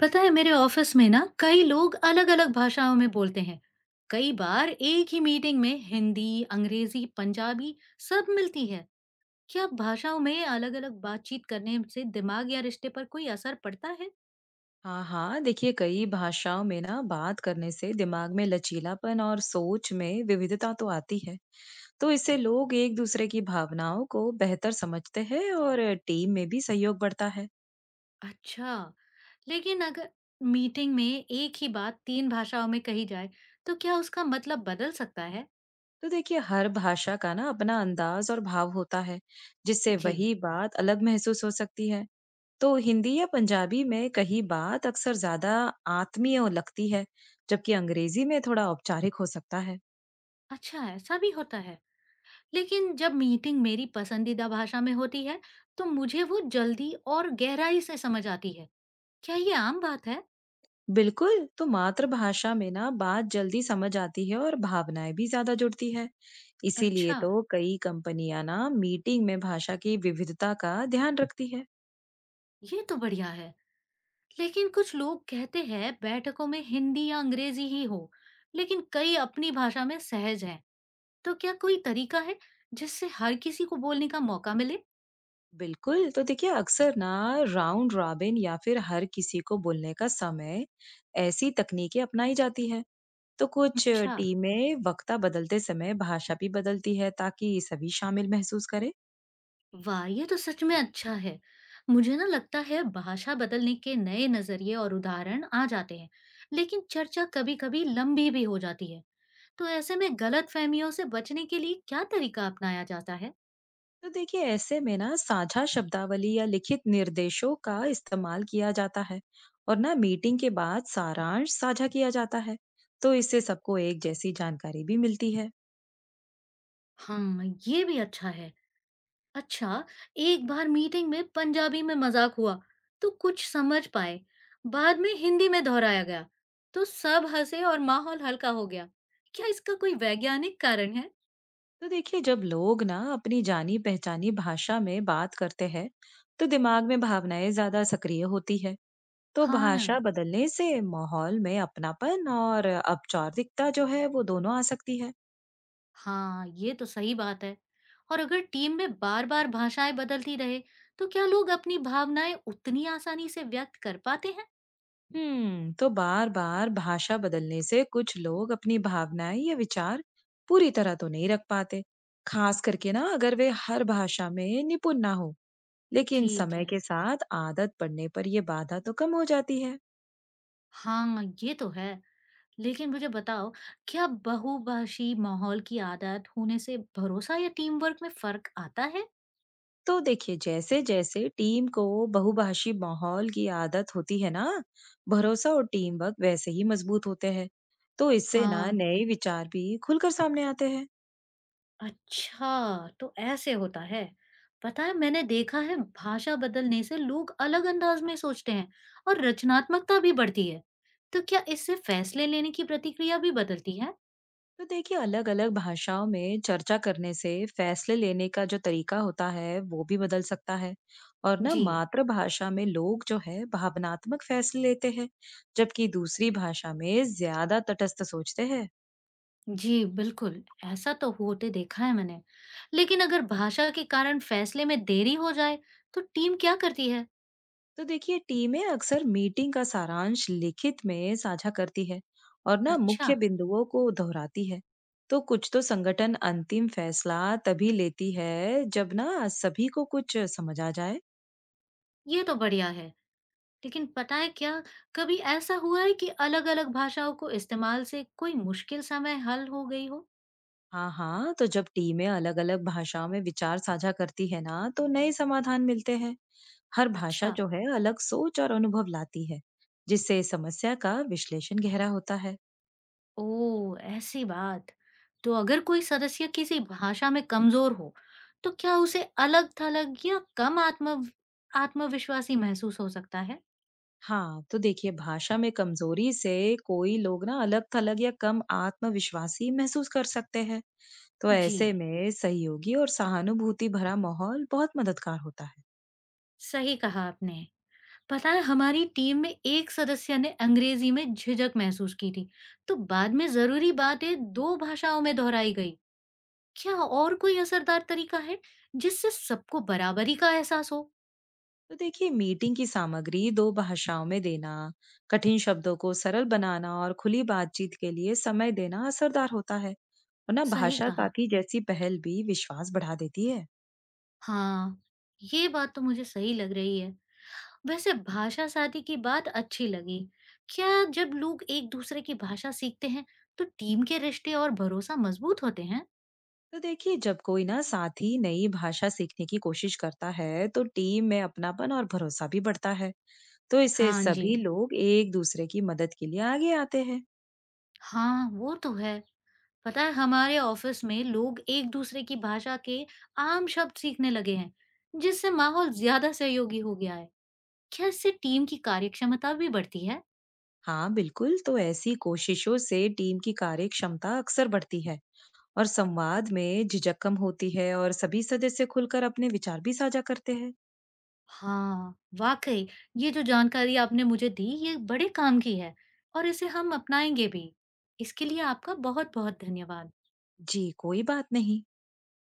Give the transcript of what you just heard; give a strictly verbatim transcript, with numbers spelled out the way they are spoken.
पता है मेरे ऑफिस में ना कई लोग अलग अलग भाषाओं में बोलते हैं। कई बार एक ही मीटिंग में हिंदी अंग्रेजी पंजाबी सब मिलती है। क्या भाषाओं में अलग अलग बातचीत करने से दिमाग या रिश्ते पर कोई असर पड़ता है? हाँ हाँ, देखिए कई भाषाओं में ना बात करने से दिमाग में लचीलापन और सोच में विविधता तो आती है। तो इससे लोग एक दूसरे की भावनाओं को बेहतर समझते हैं और टीम में भी सहयोग बढ़ता है। अच्छा। लेकिन अगर मीटिंग में एक ही बात तीन भाषाओं में कही जाए, तो क्या उसका मतलब बदल सकता है? तो देखिए हर भाषा का ना अपना अंदाज और भाव होता है, जिससे जी। वही बात अलग महसूस हो सकती है। तो हिंदी या पंजाबी में कही बात अक्सर ज्यादा आत्मीय लगती है, जबकि अंग्रेजी में थोड़ा औपचारिक हो सकता है। अच्छा, ऐसा भी होता है। लेकिन जब मीटिंग मेरी पसंदीदा भाषा में होती है, तो मुझे वो जल्दी और गहराई से समझ आती है। क्या ये आम बात है? बिल्कुल, तो मातृभाषा में ना बात जल्दी समझ आती है और भावनाएं भी ज्यादा जुड़ती है। इसीलिए अच्छा, तो कई कंपनियां ना मीटिंग में भाषा की विविधता का ध्यान रखती है। ये तो बढ़िया है। लेकिन कुछ लोग कहते हैं बैठकों में हिंदी या अंग्रेजी ही हो, लेकिन कई अपनी भाषा में सहज हैं। तो क्या कोई तरीका है जिससे हर किसी को बोलने का मौका मिले? बिल्कुल, तो देखिए अक्सर ना राउंड रॉबिन या फिर हर किसी को बोलने का समय, ऐसी तकनीकें अपनाई जाती है। तो कुछ अच्छा। टीमें वक्ता बदलते समय भाषा भी बदलती है ताकि सभी शामिल महसूस करें। वाह, ये तो सच में अच्छा है। मुझे ना लगता है भाषा बदलने के नए नजरिए और उदाहरण आ जाते हैं, लेकिन चर्चा कभी-कभी लंबी भी हो जाती है। तो ऐसे में गलतफहमियों से बचने के लिए क्या तरीका अपनाया जाता है? तो देखिए ऐसे में ना साझा शब्दावली या लिखित निर्देशों का इस्तेमाल किया जाता है और ना मीटिंग के बाद सारांश साझा किया जाता है। तो इससे सबको एक जैसी जानकारी भी मिलती है। हाँ, ये भी अच्छा है। अच्छा, एक बार मीटिंग में पंजाबी में मजाक हुआ, तो कुछ समझ पाए। बाद में हिंदी में दोहराया गया, तो सब हंसे और माहौल हल्का हो गया। क्या इसका कोई वैज्ञानिक कारण है? तो देखिए जब लोग ना अपनी जानी पहचानी भाषा में बात करते हैं, तो दिमाग में भावनाएं ज्यादा सक्रिय होती है। तो हाँ भाषा ना, बदलने से माहौल में अपनापन और औपचारिकता जो है वो दोनों आ सकती है। हाँ, ये तो सही बात है। और अगर टीम में बार-बार भाषाएं बदलती रहे, तो क्या लोग अपनी भावनाएं उतनी आसानी से व्यक्त कर पाते हैं? हम्म तो बार बार भाषा बदलने से कुछ लोग अपनी भावनाएं या विचार पूरी तरह तो नहीं रख पाते। खास करके ना अगर वे हर भाषा में निपुण ना हो, लेकिन ठीक समय है, के साथ आदत पड़ने पर यह बाधा तो कम हो जाती है। हाँ, ये तो है। लेकिन मुझे बताओ, क्या बहुभाषी माहौल की आदत होने से भरोसा या टीम वर्क में फ़र्क आता है? तो देखिए जैसे जैसे टीम को बहुभाषी माहौल की आदत होती है ना, भरोसा और टीम वर्क वैसे ही मजबूत होते हैं। तो इससे ना हाँ। नए विचार भी खुलकर सामने आते हैं। अच्छा, तो ऐसे होता है। पता है मैंने देखा है भाषा बदलने से लोग अलग अंदाज में सोचते हैं और रचनात्मकता भी बढ़ती है। तो क्या इससे फैसले लेने की प्रतिक्रिया भी बदलती है? तो देखिए अलग-अलग भाषाओं में चर्चा करने से फैसले लेने का जो तरीका होता है वो भी बदल सकता है। और ना जी। मातृभाषा में लोग जो है भावनात्मक फैसले लेते हैं, जबकि दूसरी भाषा में ज्यादा तटस्थ सोचते हैं। जी, बिल्कुल। ऐसा तो होते देखा है मैंने। लेकिन अगर भाषा के कारण फैसले में देरी हो जाए, तो टीम क्या करती है? तो देखिए टीमें अक्सर मीटिंग का सारांश लिखित में साझा करती है और ना अच्छा। मुख्य बिंदुओं को दोहराती है। तो कुछ तो संगठन अंतिम फैसला तभी लेती है जब ना सभी को कुछ समझ आ जाए। ये तो बढ़िया है। लेकिन पता है क्या, कभी ऐसा हुआ है कि अलग-अलग भाषाओं को इस्तेमाल से कोई मुश्किल समय हल हो गई हो? हाँ हाँ, तो जब टीमें अलग अलग भाषाओं में विचार साझा करती है ना, तो नए समाधान मिलते हैं। हर भाषा अच्छा, जो है अलग सोच और अनुभव लाती है, जिससे समस्या का विश्लेषण गहरा होता है। ओह! ऐसी बात। तो अगर कोई सदस्य किसी भाषा में कमज़ोर हो, तो क्या उसे अलग-थलग या कम आत्म आत्मविश्वासी महसूस हो सकता है? हाँ, तो देखिए भाषा में कमजोरी से कोई लोग ना अलग थलग या कम आत्मविश्वासी महसूस कर सकते हैं। तो जी, ऐसे में सहयोगी और सहानुभूति भरा माहौल बहुत मददगार होता है। सही कहा आपने। पता है हमारी टीम में एक सदस्य ने अंग्रेजी में झिझक महसूस की थी, तो बाद में ज़रूरी बातें दो भाषाओं में दोहराई गई। क्या और कोई असरदार तरीका है जिससे सबको बराबरी का एहसास हो? तो देखिए मीटिंग की सामग्री दो भाषाओं में देना, कठिन शब्दों को सरल बनाना और खुली बातचीत के लिए समय देना असरदार होता है। और ना सही भाषा कहा। साथी जैसी पहल भी विश्वास बढ़ा देती है। हाँ, ये बात तो मुझे सही लग रही है। वैसे भाषा शादी की बात अच्छी लगी। क्या जब लोग एक दूसरे की भाषा सीखते हैं, तो टीम के रिश्ते और भरोसा मजबूत होते हैं? तो देखिए जब कोई ना साथी नई भाषा सीखने की कोशिश करता है, तो टीम में अपनापन और भरोसा भी बढ़ता है। तो इससे हाँ जी, सभी लोग एक दूसरे की मदद के लिए आगे आते हैं। हाँ वो तो है। पता है हमारे ऑफिस में लोग एक दूसरे की भाषा के आम शब्द सीखने लगे हैं, जिससे माहौल ज्यादा सहयोगी हो गया है। क्या इससे टीम की कार्यक्षमता भी बढ़ती है? हाँ बिल्कुल, तो ऐसी कोशिशों से टीम की कार्य क्षमता अक्सर बढ़ती है। और संवाद में झिझक कम होती है और सभी सदस्य खुलकर अपने विचार भी साझा करते हैं। हाँ, वाक़ई ये जो जानकारी आपने मुझे दी ये बड़े काम की है और इसे हम अपनाएँगे भी। इसके लिए आपका बहुत-बहुत धन्यवाद। जी, कोई बात नहीं।